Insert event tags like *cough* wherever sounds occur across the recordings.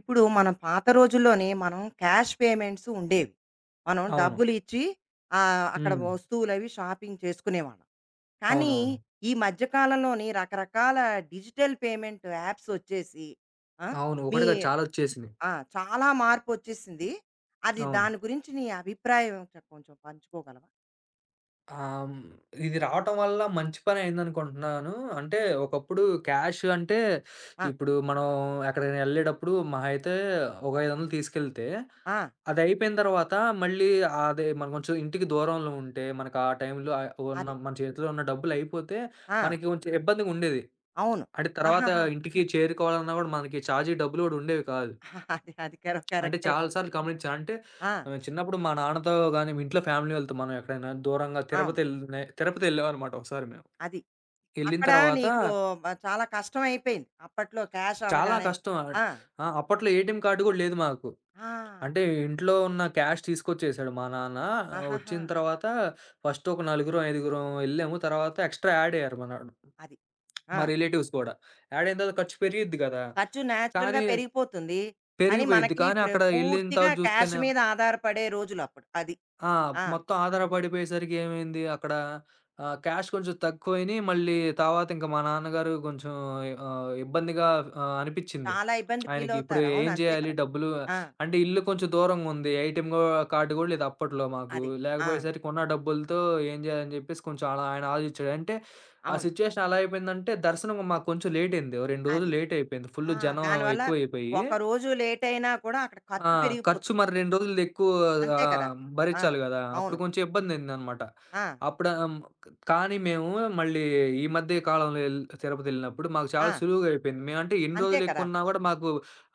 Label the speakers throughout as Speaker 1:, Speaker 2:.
Speaker 1: ఇప్పుడు మన పాత రోజుల్లోనే మనం క్యాష్ పేమెంట్స్ ఉండేవి. మనం
Speaker 2: అవును.
Speaker 1: డబ్బులు ఇచ్చి అక్కడ
Speaker 2: హ్మ్.
Speaker 1: వస్తువులవి షాపింగ్ చేసుకునేవాళ్ళం. కానీ
Speaker 2: అవునవును.
Speaker 1: ఈ మధ్య కాలంలోని రకరకాల డిజిటల్ పేమెంట్ యాప్స్ వచ్చేసి ఆ!
Speaker 2: అవును.
Speaker 1: మీ
Speaker 2: ఒకటి కాదు చాలా వచ్చేసినియి.
Speaker 1: ఆ! చాలా మార్పొచ్చేసింది. అది
Speaker 2: అవును.
Speaker 1: దాని గురించి నీ అభిప్రాయం కొంచెం పంచుకోగలవా?
Speaker 2: ఆహ్, హ్మ్. ఇది రావటం వల్ల మంచి పని అయిందనుకుంటున్నాను. అంటే ఒకప్పుడు క్యాష్ అంటే
Speaker 1: ఆ!
Speaker 2: ఇప్పుడు మనం ఎక్కడికైనా ఎళ్ళేటప్పుడు మహా అయితే ఒక 500 తీసుకెళ్తే,
Speaker 1: ఆ!
Speaker 2: అది అయిపోయిన తర్వాత మళ్ళీ అదే మనం కొంచెం ఇంటికి దూరంలో ఉంటే మనకు ఆ టైంలో ఉన్న
Speaker 1: అది.
Speaker 2: మన చేతిలో ఉన్న డబ్బులు అయిపోతే
Speaker 1: ఆ!
Speaker 2: మనకి కొంచెం ఇబ్బందిగా ఉండేది.
Speaker 1: అవును.
Speaker 2: అంటే తర్వాత
Speaker 1: ఆహాహా!
Speaker 2: ఇంటికి చేరుకోవాలన్నా కూడా మనకి ఛార్జీ డబ్బులు కూడా ఉండేవి కాదు.
Speaker 1: *laughs* అది అది కర
Speaker 2: అంటే
Speaker 1: కరెక్టే.
Speaker 2: చాలా సార్లు గమనించాను. అంటే
Speaker 1: ఆ!
Speaker 2: ఆహ్, చిన్నప్పుడు మా నాన్నతో గాని, ఇంట్లో ఫ్యామిలీ వాళ్ళతో మనం ఎక్కడైనా దూరంగా
Speaker 1: అవును.
Speaker 2: తిరుపతి ఎళ్ళామనమాట ఒకసారి మేము.
Speaker 1: అది.
Speaker 2: ఎళ్ళిన
Speaker 1: అక్కడ
Speaker 2: తర్వాత
Speaker 1: నీకు చాలా కష్టమైపోయింది. అప్పట్లో క్యాష్
Speaker 2: చాలా
Speaker 1: అనగానేను.
Speaker 2: కష్టం. ఆహ్,
Speaker 1: ఆ!
Speaker 2: ఆ! అప్పట్లో ఏటీఎం కార్డ్ గూడా లేదు మాకు.
Speaker 1: ఆ!
Speaker 2: అంటే
Speaker 1: అది.
Speaker 2: ఇంట్లో ఉన్న క్యాష్ తీసుకొచ్చేసాడు మా నాన్న. ఆ,
Speaker 1: ఆహాహా!
Speaker 2: వచ్చిన తర్వాత ఫస్ట్ ఒక నలుగురం, ఐదుగురం ఎళ్ళాము. తర్వాత ఎక్స్‌ట్రా యాడ్ అయ్యారు మన
Speaker 1: అది.
Speaker 2: మా
Speaker 1: ఆ!
Speaker 2: రిలేటివ్స్ గూడా. యాడ్ అయిన తర్వాత ఖర్చు పెరిగిద్ది గదా!
Speaker 1: ఖర్చు నేచురల్‌గా
Speaker 2: కానీ
Speaker 1: పెరిగిపోతుంది. కానీ
Speaker 2: పెరిగిపోయిద్ది.
Speaker 1: మనకి
Speaker 2: కానీ అక్కడ ఎళ్ళిన
Speaker 1: పూర్తిగా
Speaker 2: తర్వాత
Speaker 1: క్యాష్
Speaker 2: చూస్తేనే
Speaker 1: మీద ఆధారపడే రోజులప్పుడు. అది.
Speaker 2: ఆ!
Speaker 1: ఆ!
Speaker 2: మొత్తం ఆధారపడిపోయేసరికి ఏమైంది అక్కడ క్యాష్ కొంచెం తక్కువయినియి. మళ్ళీ తర్వాత ఇంక మా నాన్నగారు కొంచెం ఇబ్బందిగా అనిపిచ్చింది.
Speaker 1: చాలా ఇబ్బంది
Speaker 2: ఆయనకి ఇప్పుడు
Speaker 1: ఫీలవుతారు. అవును.
Speaker 2: ఏం
Speaker 1: అంతే
Speaker 2: చేయాలి
Speaker 1: కదా!
Speaker 2: డబ్బులు
Speaker 1: ఆ!
Speaker 2: అంటే ఇల్లు కొంచెం దూరంగుంది. ఏటీఎం గూ కార్డ్ గూడా లేదు అప్పట్లో మాకు.
Speaker 1: అది. ఆ!
Speaker 2: లేకపోయేసరికి ఉన్న డబ్బులతో ఏం చేయాలని చెప్పేసి కొంచెం అలా ఆయన ఆలోచించాడు. అంటే ఆ
Speaker 1: అవును.
Speaker 2: సిచ్యుయేషన్ ఎలా అయిపోయిందంటే దర్శనం మాకు కొంచెం లేటయింది. ఓ 2 రోజులు
Speaker 1: అది.
Speaker 2: లేటయిపోయింది. ఫుల్లు
Speaker 1: ఆ!
Speaker 2: జనం
Speaker 1: దానివల్ల
Speaker 2: ఎక్కువయిపోయి
Speaker 1: ఒక రోజు లేటయినా కూడా అక్కడ
Speaker 2: ఆ!
Speaker 1: ఖర్చు
Speaker 2: ఖర్చు
Speaker 1: పెరిగిపోతుంది.
Speaker 2: మరి 2 రోజులది ఎక్కువ
Speaker 1: అంతే కదా! ఆ!
Speaker 2: భరించాలి గదా! అప్పుడు
Speaker 1: అవును.
Speaker 2: కొంచెం ఇబ్బందయిందనమాట.
Speaker 1: ఆ!
Speaker 2: అప్పుడు కానీ మేము మళ్ళీ ఈ మధ్య కాలంలో తిరుపతెళ్ళినప్పుడు మాకు
Speaker 1: ఆ!
Speaker 2: చాలా సులువుగా అయిపోయింది. మేమంటే ఎన్ని
Speaker 1: అంతే
Speaker 2: రోజులు
Speaker 1: కదా!
Speaker 2: ఎక్కువున్నా గూడా మాకు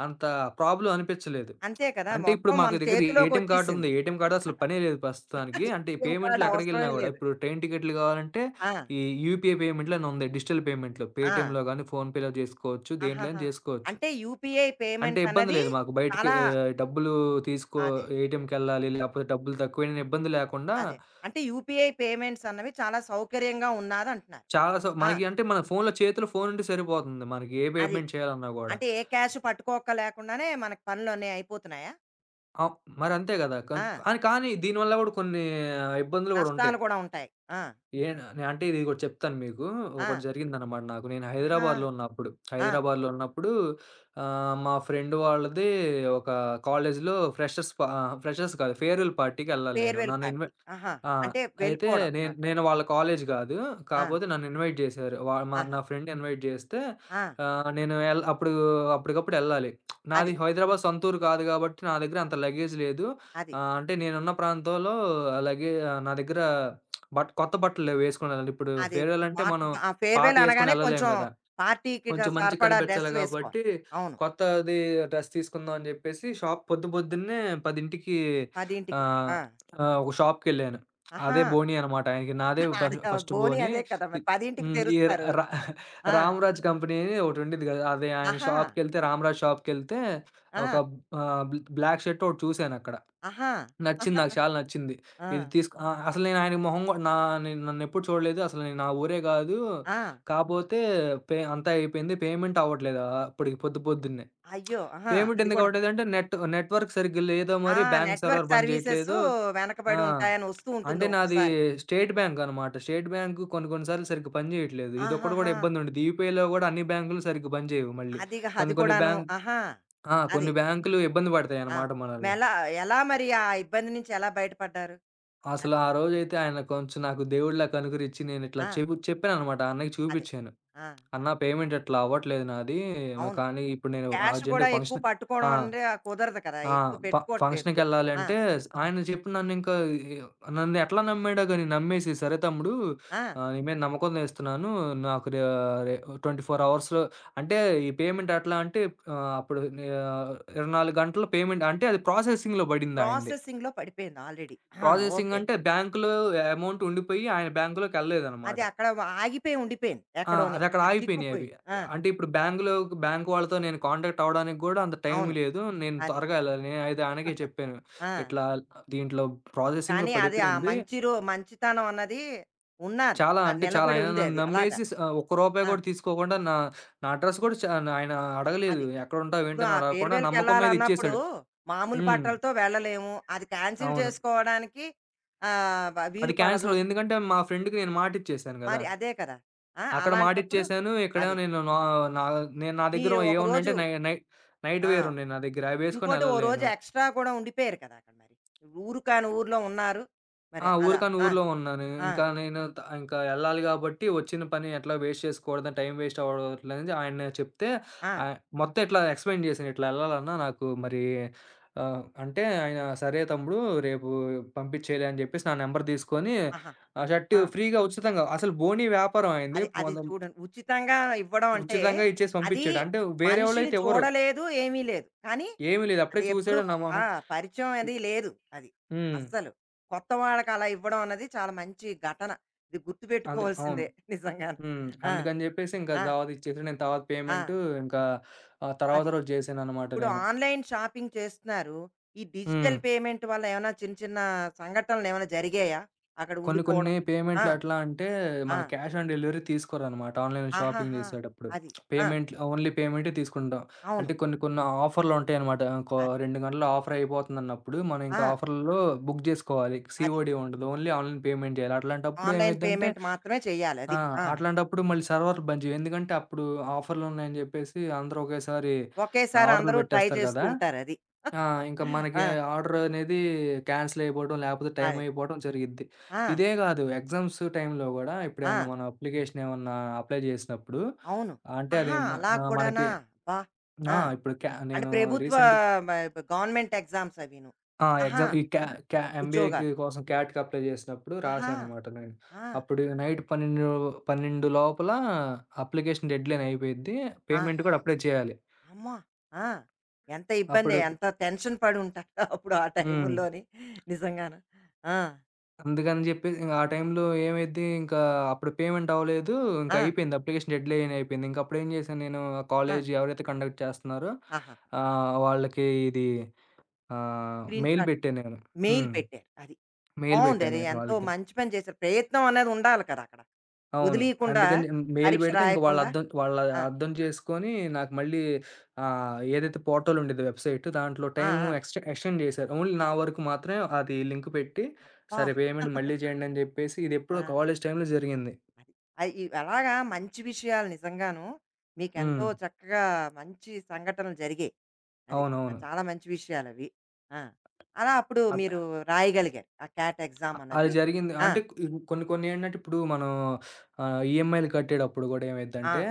Speaker 2: అంత ప్రాబ్లమ్ అనిపిచ్చలేదు.
Speaker 1: అంతే కదా!
Speaker 2: అంటే ఇప్పుడు
Speaker 1: మొత్తం
Speaker 2: మాకు
Speaker 1: మన
Speaker 2: దగ్గర ఏటీఎం కార్డ్
Speaker 1: చేతిలోకొచ్చేసింది
Speaker 2: ఉంది.
Speaker 1: ఇప్పుడు.
Speaker 2: ఏటీఎం కార్డ్ అసలు పనే లేదు ప్రస్తుతానికి. అంటే
Speaker 1: ఏటీఎం
Speaker 2: పేమెంట్లు
Speaker 1: కార్డ్
Speaker 2: ఎక్కడికెళ్ళినా
Speaker 1: అవసరమే
Speaker 2: గూడా
Speaker 1: లేదు.
Speaker 2: ఇప్పుడు ట్రైన్ టికెట్లు గావాలంటే
Speaker 1: ఆ!
Speaker 2: ఈ యూపీఐ పేమెంట్‌లని ఉంది. డిజిటల్ పేమెంట్‌లో
Speaker 1: ఆ!
Speaker 2: పేటీఎంలో గానీ, ఫోన్‌పేలో జేసుకోవచ్చు. దేంట్లో అయినా
Speaker 1: ఆహాహా!
Speaker 2: జేసుకోవచ్చు.
Speaker 1: అంటే యూపీఐ
Speaker 2: అంటే
Speaker 1: పేమెంట్
Speaker 2: ఇబ్బంది
Speaker 1: అన్నది
Speaker 2: లేదు మాకు. బయటికి
Speaker 1: చాలా
Speaker 2: డబ్బులు తీసుకో
Speaker 1: అదే.
Speaker 2: ఏటీఎంకెళ్ళాలి, లేకపోతే డబ్బులు తక్కువైనా ఇబ్బంది లేకుండా
Speaker 1: అదే. అంటే యూపీఐ పేమెంట్స్ అన్నవి చాలా సౌకర్యంగా ఉన్నాదంటున్నారు.
Speaker 2: చాలా స
Speaker 1: ఆ!
Speaker 2: మనకి అంటే మన ఫోన్‌లో చేతిలో ఫోన్ ఉంటే సరిపోతుంది. మనకి ఏ
Speaker 1: అది.
Speaker 2: పేమెంట్ చేయాలన్నా గూడా.
Speaker 1: అంటే ఏ క్యాష్ పట్టుకోక లేకుండానే మనకి పనులన్నీ అయిపోతున్నాయా?
Speaker 2: ఆహ్, మరి అంతే గదా! కన్
Speaker 1: ఆ!
Speaker 2: కానీ, కానీ దీనివల్ల గూడా కొన్ని ఆ, ఇబ్బందులు గూడా ఉంటాయి.
Speaker 1: నష్టాలు కూడా ఉంటాయి. ఆ!
Speaker 2: అంటే ఇది ఒకటి చెప్తాను మీకు.
Speaker 1: ఆ!
Speaker 2: ఒకటి జరిగిందనమాట నాకు.
Speaker 1: ఆహా! ఆ!
Speaker 2: హైదరాబాద్‌లో ఉన్నప్పుడు మా ఫ్రెండ్ వాళ్ళది ఒక కాలేజ్‌లో ఫ్రెషర్స్ పా ఆహ్, ఫ్రెషర్స్ కాదు ఫేర్‌వెల్ పార్టీకెళ్ళాలి నేను.
Speaker 1: ఫేర్‌వెల్
Speaker 2: నన్ను ఇన్వ
Speaker 1: పార్టీ. ఆహా!
Speaker 2: ఆ!
Speaker 1: అంటే
Speaker 2: అయితే
Speaker 1: వెళ్ళిపోవడం.
Speaker 2: నేను
Speaker 1: అలాంటి.
Speaker 2: నేను వాళ్ళ కాలేజ్ గాదు.
Speaker 1: ఆ!
Speaker 2: కాపోతే నన్ను ఇన్వైట్ జేశారు. వా మా
Speaker 1: ఆహా!
Speaker 2: నా ఫ్రెండ్ ఇన్వైట్ జేస్తే
Speaker 1: ఆ!
Speaker 2: నేను ఎల్ అప్పుడు అప్పటికప్పుడు ఎళ్ళాలి.
Speaker 1: అది.
Speaker 2: నాది హైదరాబాద్ సొంత ఊరు కాదు గాబట్టి నా దగ్గర అంత లగేజ్ లేదు.
Speaker 1: అది.
Speaker 2: అంటే నేనున్న ప్రాంతంలో నా దగ్గర కొత్త బట్టలు లేవు వేసుకొనెళ్ళాలి. ఇప్పుడు
Speaker 1: అదే.
Speaker 2: ఫేర్‌వెల్
Speaker 1: ఇప్పుడు
Speaker 2: అంటే
Speaker 1: మాట
Speaker 2: మనం
Speaker 1: ఆ ఫేర్‌వెల్
Speaker 2: పాతయేసుకొని
Speaker 1: అనగానే
Speaker 2: ఎళ్ళలేం
Speaker 1: కొంచెం
Speaker 2: గదా!
Speaker 1: పార్టీకి
Speaker 2: కొంచెం మంచి
Speaker 1: సరిపడా డ్రెస్
Speaker 2: కనిపించాలి
Speaker 1: వేసుకోవాలి.
Speaker 2: గాబట్టి,
Speaker 1: అవును.
Speaker 2: కొత్తది డ్రెస్ తీసుకుందాం అని జెప్పేసి షాప్ పొద్దున్నే 10కి
Speaker 1: 10కి.
Speaker 2: ఆహ్,
Speaker 1: ఆ!
Speaker 2: ఆహ్, ఒక షాప్‌కెళ్ళాను.
Speaker 1: ఆహా!
Speaker 2: అదే బోనీ అనమాట. ఆయనకి నాదే
Speaker 1: *laughs*
Speaker 2: ఫ
Speaker 1: అదే
Speaker 2: ఫస్ట్
Speaker 1: బోని
Speaker 2: బోనీ.
Speaker 1: అదే కదా!
Speaker 2: ఇ
Speaker 1: మరి 10కి
Speaker 2: హ్మ్. ఈ ర
Speaker 1: తెరుస్తారు.
Speaker 2: ర
Speaker 1: ఆ!
Speaker 2: 'రామ్‌రాజ్' కంపెనీ అని ఒకటుండిద్ది గదా! అది ఆయన
Speaker 1: ఆహా!
Speaker 2: షాప్‌కెళ్తే 'రామ్‌రాజ్' షాప్‌కెళ్తే ఒక
Speaker 1: ఆ!
Speaker 2: ఆహ్, బ్ల్ బ్లాక్ షర్ట్ ఒకటి చూసానక్కడ.
Speaker 1: ఆహా!
Speaker 2: నచ్చింది. నాకు చాలా నచ్చింది.
Speaker 1: ఆ!
Speaker 2: ఇది తీసుకు ఆ! అసలు నేను ఆయన మొహం గూడా నా నేను నన్నెప్పుడు చూడలేదు. అసలు నేను నా ఊరే గాదు.
Speaker 1: ఆ!
Speaker 2: కాపోతే పే అంతా అయిపోయింది. పేమెంట్ అవ్వట్లేదు అప్పటికి పొద్దున్నే.
Speaker 1: అయ్యో! ఆహా!
Speaker 2: పేమెంట్
Speaker 1: అది
Speaker 2: ఎందుకు
Speaker 1: కూడా.
Speaker 2: అవ్వట్లేదంటే నెట్‌వర్క్ సరిగ్గా లేదో
Speaker 1: ఆ!
Speaker 2: మరి బ్యాంక్ సర్వర్
Speaker 1: నెట్‌వర్క్
Speaker 2: పని
Speaker 1: సర్వీసెస్
Speaker 2: చేయట్లేదు. ఆ!
Speaker 1: వెనకబడి ఉంటాయని వస్తూ ఉంటుంది
Speaker 2: అంటే నాది
Speaker 1: ఒక్కోసారి.
Speaker 2: స్టేట్ బ్యాంక్ అనమాట. స్టేట్ బ్యాంకు కొన్ని కొన్ని సార్లు సరిగ్గా పని చేయట్లేదు. ఇదొక్కటి గూడా
Speaker 1: ఆహాహా!
Speaker 2: ఇబ్బంది ఉండిద్ది. యూపీఐలో గూడా అన్ని బ్యాంకులు సరిగ్గా పని చేయవు మళ్ళీ.
Speaker 1: అదిగా అది
Speaker 2: కొన్ని కొన్ని
Speaker 1: కూడాను.
Speaker 2: బ్యాంక్
Speaker 1: ఆహా!
Speaker 2: ఆ!
Speaker 1: అది.
Speaker 2: కొన్ని బ్యాంకులు ఇబ్బంది
Speaker 1: ఆ!
Speaker 2: పడతాయన్నమాట మనల్ని.
Speaker 1: మెలా ఎలా మరి ఆ ఇబ్బంది నుంచి ఎలా బయటపడ్డారు?
Speaker 2: అసలు
Speaker 1: అది.
Speaker 2: ఆ రోజైతే ఆయన కొంచెం నాకు దేవుడిలా కనుకరిచ్చి నేనిట్లా
Speaker 1: ఆ!
Speaker 2: చెపు చెప్పాననమాట. అన్నయ్యకి
Speaker 1: అదే.
Speaker 2: చూపిచ్చాను.
Speaker 1: ఆ!
Speaker 2: "అన్నా పేమెంట్ ఇట్లా అవ్వట్లేదు నాది. మరి
Speaker 1: అవును.
Speaker 2: కానీ ఇప్పుడు నేను
Speaker 1: క్యాష్ గూడా
Speaker 2: అర్జెంట్‌గా
Speaker 1: ఎక్కువ
Speaker 2: ఫంక్షన్" ఆ!
Speaker 1: పట్టుకోవడం అంటే కుదరదు కదా!
Speaker 2: ఆ!
Speaker 1: ఎక్కువ
Speaker 2: ఫ
Speaker 1: పెట్టుకోవట్లేదు.
Speaker 2: ఫంక్షన్‌కెళ్ళాలి
Speaker 1: ఆ!
Speaker 2: అంటే ఆయన చెప్పి నన్నింకా ఎ నన్ను ఎట్లా నమ్మాడో గాని నమ్మేసి, "సరే తమ్ముడు
Speaker 1: ఆ!
Speaker 2: నీ మీద నమ్మకం తెస్తున్నాను. నాకు రే రే 24 అవర్స్‌లో" అంటే ఈ పేమెంట్ ఎట్లా అంటే ఆహ్, అప్పుడు నే ఆహ్, 24 గంటల్లో పేమెంట్ అంటే అది ప్రాసెసింగ్‌లో పడింది ఆయనది.
Speaker 1: ప్రాసెసింగ్‌లో పడిపోయింది ఆల్రెడీ. ఆ!
Speaker 2: Processing
Speaker 1: okay.
Speaker 2: అంటే బ్యాంక్‌లో అమౌంట్ ఉండిపోయి ఆయన బ్యాంక్‌లోకెళ్ళలేదనమాట.
Speaker 1: అది అక్కడ ఆగిపోయి ఉండిపోయింది
Speaker 2: ఆ!
Speaker 1: ఎక్కడోని.
Speaker 2: అదక్కడ
Speaker 1: అది
Speaker 2: ఆగిపోయినియి అవి.
Speaker 1: చిక్కుపోయింది. ఆ!
Speaker 2: అంటే ఇప్పుడు బ్యాంక్‌లో బ్యాంక్ వాళ్ళతో నేను కాంటాక్ట్ అవ్వడానికి గూడా అంత టైం
Speaker 1: అవును.
Speaker 2: లేదు. నేను
Speaker 1: అది.
Speaker 2: త్వరగా ఎళ్ళాలి. నేనైతే ఆయనకే చెప్పాను.
Speaker 1: ఆ!
Speaker 2: ఇట్లా దీంట్లో ప్రాసెసింగ్‌లో
Speaker 1: కానీ అది ఆ
Speaker 2: పడిపోయింది.
Speaker 1: మంచి మంచితనం అన్నది ఉన్నాది. అది
Speaker 2: చాలా
Speaker 1: నిలబడి
Speaker 2: ఆయన
Speaker 1: ఉంది
Speaker 2: నన్ను
Speaker 1: అది. అలాగా.
Speaker 2: నమ్మేసి ఒక్క రూపాయి
Speaker 1: ఆ!
Speaker 2: గూడా తీసుకోకుండా నా నా అడ్రెస్ గూడా ఆయన అడగలేదు.
Speaker 1: అది.
Speaker 2: ఎక్కడుంటావు
Speaker 1: ఇప్పుడు
Speaker 2: ఏంటని
Speaker 1: ఆ
Speaker 2: అడగకుండా నమ్మకం మీద
Speaker 1: ఫేర్‌వెల్‌కెళ్ళాలన్నప్పుడు
Speaker 2: ఇచ్చేసాడు.
Speaker 1: మామూలు
Speaker 2: హ్మ్.
Speaker 1: బట్టలతో వెళ్ళలేము. అది క్యాన్సిల్
Speaker 2: అవును.
Speaker 1: చేసుకోవడానికి ఆహ్, వ
Speaker 2: అది
Speaker 1: వీలు పడదు.
Speaker 2: క్యాన్సిల్ ఎందుకంటే మా ఫ్రెండ్‌కి నేను మాటిచ్చేసాను గదా!
Speaker 1: మరి అదే కదా! ఆ!
Speaker 2: అక్కడ మా ఆడిట్
Speaker 1: అలాంటప్పుడు
Speaker 2: చేశాను. ఇక్కడ
Speaker 1: అది.
Speaker 2: నేను నా నా నేను నా దగ్గర
Speaker 1: మీరు
Speaker 2: ఏవున్నాయంటే
Speaker 1: ఒకరోజు
Speaker 2: నై నై నైట్
Speaker 1: ఆ!
Speaker 2: వేర్ ఉన్నాయి నా దగ్గర. అవి వేసుకొని
Speaker 1: ఇంకోటి ఓ రోజు
Speaker 2: ఎళ్ళలేను.
Speaker 1: ఎక్స్‌ట్రా కూడా ఉండిపోయారు కదా! అక్కడ మరి. ఊరు కాని ఊర్లో ఉన్నారు. మరి
Speaker 2: ఆ!
Speaker 1: అదా
Speaker 2: ఊరికాని
Speaker 1: ఆ!
Speaker 2: ఊర్లో ఉన్నాను.
Speaker 1: ఆ!
Speaker 2: ఇంకా నేను త ఇంకా ఎళ్ళాలి కాబట్టి వచ్చిన పని ఎట్లా వేస్ట్ చేసుకోకూడదని, టైం వేస్ట్ అవ్వట్లేదని ఆయన చెప్తే
Speaker 1: ఆ!
Speaker 2: మొత్తం ఇట్లా ఎక్స్‌ప్లెయిన్ చేశాను. "ఇట్లా ఎళ్ళాలన్నా నాకు మరి అంటే ఆయన సరే తమ్ముడు రేపు పంపించేయలే" అని చెప్పేసి నా నంబర్ తీసుకొని
Speaker 1: ఆహాహా!
Speaker 2: ఆ షర్ట్
Speaker 1: ఆ!
Speaker 2: ఫ్రీగా ఉచితంగా అసలు బోనీ వ్యాపారం ఆయనది.
Speaker 1: అది అది
Speaker 2: మొత్తం
Speaker 1: చూడండి. ఉచితంగా ఇవ్వడం అంటే,
Speaker 2: ఉచితంగా ఇచ్చేసి
Speaker 1: అది
Speaker 2: పంపించాడు. అంటే
Speaker 1: మనిషిని
Speaker 2: వేరేవాళ్ళైతే ఇవ్వరు.
Speaker 1: చూడలేదు, ఏమీ లేదు. కానీ
Speaker 2: ఏమి లేదు. అప్పుడే
Speaker 1: అది ఎప్పుడు
Speaker 2: చూసాడు నా
Speaker 1: ఆ!
Speaker 2: మొహం.
Speaker 1: పరిచయం అది లేదు. అది.
Speaker 2: హ్మ్.
Speaker 1: అస్సలు. కొత్త వాళ్ళకి అలా ఇవ్వడం అన్నది చాలా మంచి ఘటన. ఇది
Speaker 2: అదే. అవును.
Speaker 1: గుర్తుపెట్టుకోవాల్సిందే నిజంగాను.
Speaker 2: హ్మ్.
Speaker 1: ఆ!
Speaker 2: అందుకని జెప్పేసి ఇంకా
Speaker 1: ఆ!
Speaker 2: తర్వాత ఇచ్చేసాడు. నేను తర్వాత
Speaker 1: ఆ!
Speaker 2: పేమెంటు ఇంకా తర్వాత
Speaker 1: అది.
Speaker 2: రోజు జేశాననమాట
Speaker 1: ఇప్పుడు
Speaker 2: నేను.
Speaker 1: ఆన్‌లైన్ షాపింగ్ చేస్తున్నారు. ఈ
Speaker 2: హ్మ్.
Speaker 1: డిజిటల్ పేమెంట్ వల్ల ఏమైనా చిన్న, చిన్న సంఘటనలు ఏమైనా జరిగాయా? అక్కడ
Speaker 2: కొన్ని కొన్ని
Speaker 1: ఉండిపోవడం. ఆ!
Speaker 2: పేమెంట్లు ఎట్లా అంటే
Speaker 1: ఆ!
Speaker 2: మన క్యాష్ ఆన్ డెలివరీ తీసుకోరనమాట ఆన్‌లైన్‌లో షాపింగ్
Speaker 1: ఆహాహా!
Speaker 2: జేసేటప్పుడు.
Speaker 1: అది. ఆ!
Speaker 2: పేమెంట్లు ఓన్లీ పేమెంటే తీసుకుంటాం.
Speaker 1: అవును.
Speaker 2: అంటే కొన్ని కొన్ని ఆఫర్‌లుంటాయనమాట. ఇంకో
Speaker 1: అది.
Speaker 2: 2 గంటల్లో ఆఫర్ అయిపోతుందన్నప్పుడు మనం
Speaker 1: ఆ!
Speaker 2: ఇంకా ఆఫర్‌లలో బుక్ జేసుకోవాలి.
Speaker 1: అది.
Speaker 2: సీఓడీ ఉండదు. ఓన్లీ ఆన్‌లైన్ పేమెంట్ జేయాలి. అట్లాంటప్పుడు
Speaker 1: ఆన్‌లైన్
Speaker 2: ఏమైద్దంటే
Speaker 1: పేమెంట్ మాత్రమే చేయాలి
Speaker 2: ఆ!
Speaker 1: అది. ఆ!
Speaker 2: అట్లాంటప్పుడు మళ్ళీ సర్వర్‌లు బంద్ చేయి. ఎందుకంటే అప్పుడు ఆఫర్‌లున్నాయని జెప్పేసి అందరూ ఒకేసారి
Speaker 1: ఒకేసారి
Speaker 2: ఆర్డర్‌లు
Speaker 1: అందరూ ట్రై
Speaker 2: పెట్టేస్తారు
Speaker 1: చేస్తూ
Speaker 2: గదా!
Speaker 1: ఉంటారు అది.
Speaker 2: ఆ! ఇంక
Speaker 1: *laughs*
Speaker 2: మనకి
Speaker 1: ఆ!
Speaker 2: ఆర్డర్ అనేది క్యాన్సిల్ అయిపోవడం, లేపోతే టైం
Speaker 1: అదే.
Speaker 2: అయిపోవడం జరిగిద్ది.
Speaker 1: ఆ!
Speaker 2: ఇదే గాదు ఎగ్జామ్స్ టైంలో గూడా
Speaker 1: ఆ!
Speaker 2: ఇప్పుడేమన్నా మనం అప్లికేషన్ ఏమన్నా అప్లై జేసినప్పుడు
Speaker 1: అవును.
Speaker 2: అంటే అది
Speaker 1: ఆహా!
Speaker 2: మ
Speaker 1: అలా
Speaker 2: ఆహ్, మనకి
Speaker 1: కూడానా? అబ్బా!
Speaker 2: ఆ!
Speaker 1: ఆ!
Speaker 2: ఇప్పుడు క్యా
Speaker 1: అంటే
Speaker 2: నేను
Speaker 1: ప్రభుత్వ
Speaker 2: రీసెంట్
Speaker 1: మ గవర్నమెంట్ ఎగ్జామ్స్ అవిను.
Speaker 2: ఆ!
Speaker 1: ఆహా!
Speaker 2: ఎగ్జామ్ ఈ క్యా క్యా ఎంబీఏకి
Speaker 1: ఉద్యోగాలు.
Speaker 2: కోసం క్యాట్‌కి అప్లై చేసినప్పుడు
Speaker 1: ఆహా!
Speaker 2: రాశాననమాట నేను.
Speaker 1: ఆ!
Speaker 2: అప్పుడు నైట్ 12 లోపల అప్లికేషన్ డెడ్‌లైన్ అయిపోయిద్ది.
Speaker 1: ఆ!
Speaker 2: పేమెంట్ కూడా హుహు. అప్పుడే చేయాలి.
Speaker 1: అమ్మ! ఆ! ఎంత ఇబ్బంది.
Speaker 2: అప్పుడు
Speaker 1: ఎంత టెన్షన్ పడి ఉంటారు *laughs* అప్పుడు ఆ
Speaker 2: హ్మ్.
Speaker 1: టైముల్లోని నిజంగాను. ఆ!
Speaker 2: అందుకని చెప్పి ఇంక ఆ టైంలో ఏమైద్ది ఇంకా అప్పుడు పేమెంట్ అవ్వలేదు. ఇంకా
Speaker 1: ఆ!
Speaker 2: అయిపోయింది. అప్లికేషన్ డెడ్‌లైన్ అయిపోయింది. ఇంక అప్పుడు ఏం చేశాను నేను ఆ
Speaker 1: ఆ!
Speaker 2: కాలేజ్ ఎవరైతే కండక్ట్ చేస్తున్నారో
Speaker 1: ఆహాహా!
Speaker 2: వాళ్ళకి ఇది
Speaker 1: స్క్రీన్
Speaker 2: మెయిల్
Speaker 1: షాట్
Speaker 2: పెట్టాను నేను.
Speaker 1: మెయిల్
Speaker 2: హ్మ్.
Speaker 1: పెట్టారు. అది.
Speaker 2: మెయిల్
Speaker 1: బావుంది.
Speaker 2: పెట్టాను
Speaker 1: అది
Speaker 2: నేను
Speaker 1: ఎంతో
Speaker 2: వాళ్ళకి.
Speaker 1: మంచి పని చేశారు. ప్రయత్నం అనేది ఉండాలి కదా! అక్కడ.
Speaker 2: అవును.
Speaker 1: వదిలీయకుండా
Speaker 2: అందుకని హ్మ్, మెయిల్
Speaker 1: పరీక్ష
Speaker 2: పెడితే ఇంక వాళ్ళు
Speaker 1: రాయకుండా.
Speaker 2: అర్థం వాళ్ళ
Speaker 1: ఆ!
Speaker 2: అర్థం చేసుకొని నాకు మళ్ళీ ఏదైతే పోర్టల్ ఉండేదో వెబ్‌సైట్ దాంట్లో
Speaker 1: ఆ!
Speaker 2: టైమ్
Speaker 1: ఆ!
Speaker 2: ఎక్స్‌టెండ్ చేశారు. ఓన్లీ నా
Speaker 1: అది.
Speaker 2: వరకు మాత్రమే అది లింక్ పెట్టి,
Speaker 1: అబ్బా!
Speaker 2: సరే పేమెంట్ మళ్ళీ చేయండి అని చెప్పేసి ఇదెప్పుడో
Speaker 1: ఆ!
Speaker 2: కాలేజ్ టైమ్‌లో జరిగింది.
Speaker 1: అది. అయి ఇ అలాగా మంచి విషయాలు నిజంగాను.
Speaker 2: హ్మ్.
Speaker 1: మీకెంతో చక్కగా మంచి సంఘటనలు జరిగాయి. అది.
Speaker 2: అవునవును.
Speaker 1: చాలా మంచి విషయాలవి. ఆ! అలా అప్పుడు
Speaker 2: అద్
Speaker 1: మీరు రాయగలిగారు. ఆ క్యాట్ ఎగ్జామ్
Speaker 2: అది
Speaker 1: అన్నది.
Speaker 2: జరిగింది.
Speaker 1: ఆ!
Speaker 2: అంటే కొన్ని కొన్ని ఏంటంటే ఇప్పుడు మనం ఈఎంఐలు కట్టేటప్పుడు కూడా
Speaker 1: ఆ!
Speaker 2: ఏమైద్దంటే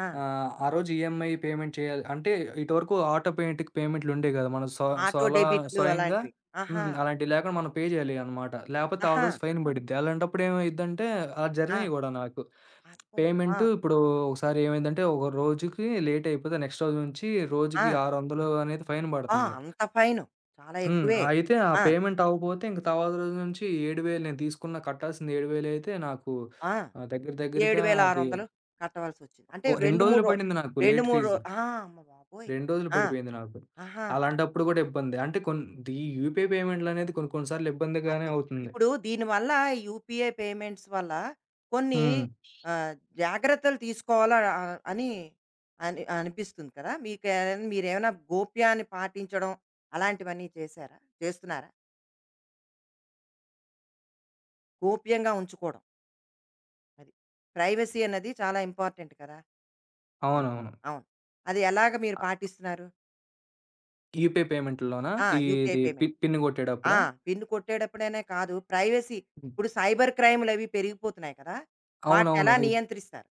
Speaker 1: ఆ!
Speaker 2: ఆ! ఆ రోజు ఈఎంఐ పేమెంట్ చేయాలి. అంటే ఇటువరకు ఆటోపేటిక్ పేమెంట్‌లుండేయి కదా! మనం స్వ
Speaker 1: ఆటో
Speaker 2: స్వల అవును.
Speaker 1: డెబిట్లు
Speaker 2: స్వయంగా
Speaker 1: అలాంటివి. ఆహా!
Speaker 2: హ్మ్. అలాంటివి లేకుండా మనం పే చేయాలి అన్నమాట. లేపోతే ఆ
Speaker 1: ఆహా!
Speaker 2: రోజు ఫైన్ పడిద్ది. అలాంటప్పుడు ఏమైద్దంటే ఆ
Speaker 1: ఆ!
Speaker 2: జర్నీ గూడా నాకు
Speaker 1: అబ్బో! ఆ!
Speaker 2: పేమెంట్ ఇప్పుడు ఒకసారి ఏమైందంటే ఒక రోజుకి లేట్ అయిపోతే నెక్స్ట్ రోజు నుంచి రోజుకి
Speaker 1: ఆ!
Speaker 2: 600 అనేది ఫైన్
Speaker 1: ఆ!
Speaker 2: పడుతుంది.
Speaker 1: అంత ఫైను. చాలా
Speaker 2: హ్మ్.
Speaker 1: ఎక్కువే.
Speaker 2: అయితే ఆ
Speaker 1: ఆ!
Speaker 2: పేమెంట్ అవ్వపోతే ఇంక తర్వాత రోజు నుంచి 7,000 నేను తీసుకున్న కట్టాల్సింది 7,000 అయితే నాకు
Speaker 1: ఆ!
Speaker 2: దగ్గర దగ్గరగా అది
Speaker 1: 7,600 కట్టవలసొచ్చింది. అంటే
Speaker 2: ఓ 2
Speaker 1: 2,
Speaker 2: రోజులు
Speaker 1: 3 రో
Speaker 2: పడింది నాకు
Speaker 1: 2,
Speaker 2: లేట్
Speaker 1: 3 రో
Speaker 2: ఫీజు.
Speaker 1: ఆ! అమ్మబాబోయ్!
Speaker 2: 2 రోజులు
Speaker 1: ఆ!
Speaker 2: పడిపోయింది నాకు.
Speaker 1: ఆహా!
Speaker 2: అలాంటప్పుడు గూడా ఇబ్బందే. అంటే కొన్ ఈ యూపీఐ పేమెంట్‌లనేది కొన్ని కొన్ని సార్లు ఇబ్బందిగానే
Speaker 1: అదే.
Speaker 2: అవుతుంది.
Speaker 1: ఇప్పుడు దీనివల్ల యూపీఐ పేమెంట్స్ వల్ల కొన్ని
Speaker 2: హ్మ్.
Speaker 1: ఆహ్, జాగ్రత్తలు తీసుకోవాలా అని అని అనిపిస్తుంది కదా! మీకే మీరేమైనా గోప్యాన్ని పాటించడం అలాంటివన్నీ చేశారా? చేస్తున్నారా? గోప్యంగా ఉంచుకోవడం అది. ప్రైవసీ అన్నది చాలా ఇంపార్టెంట్ కదా! అది.
Speaker 2: అవునవును.
Speaker 1: అవును. అది ఎలాగ మీరు
Speaker 2: ఆహ్,
Speaker 1: పాటిస్తున్నారు?
Speaker 2: యూపీఐ పేమెంట్‌ల్లోనా?
Speaker 1: ఆ! యూపీఐ
Speaker 2: ఇది
Speaker 1: పేమెంట్.
Speaker 2: పిన్
Speaker 1: ఆ!
Speaker 2: గొట్టేటప్పుడా?
Speaker 1: పిన్ కొట్టేటప్పుడనే కాదు ప్రైవసీ
Speaker 2: హ్మ్.
Speaker 1: ఇప్పుడు సైబర్ క్రైమ్‌లవి పెరిగిపోతున్నాయి కదా! వాటినెలా
Speaker 2: అవునవును.
Speaker 1: నియంత్రిస్తారు?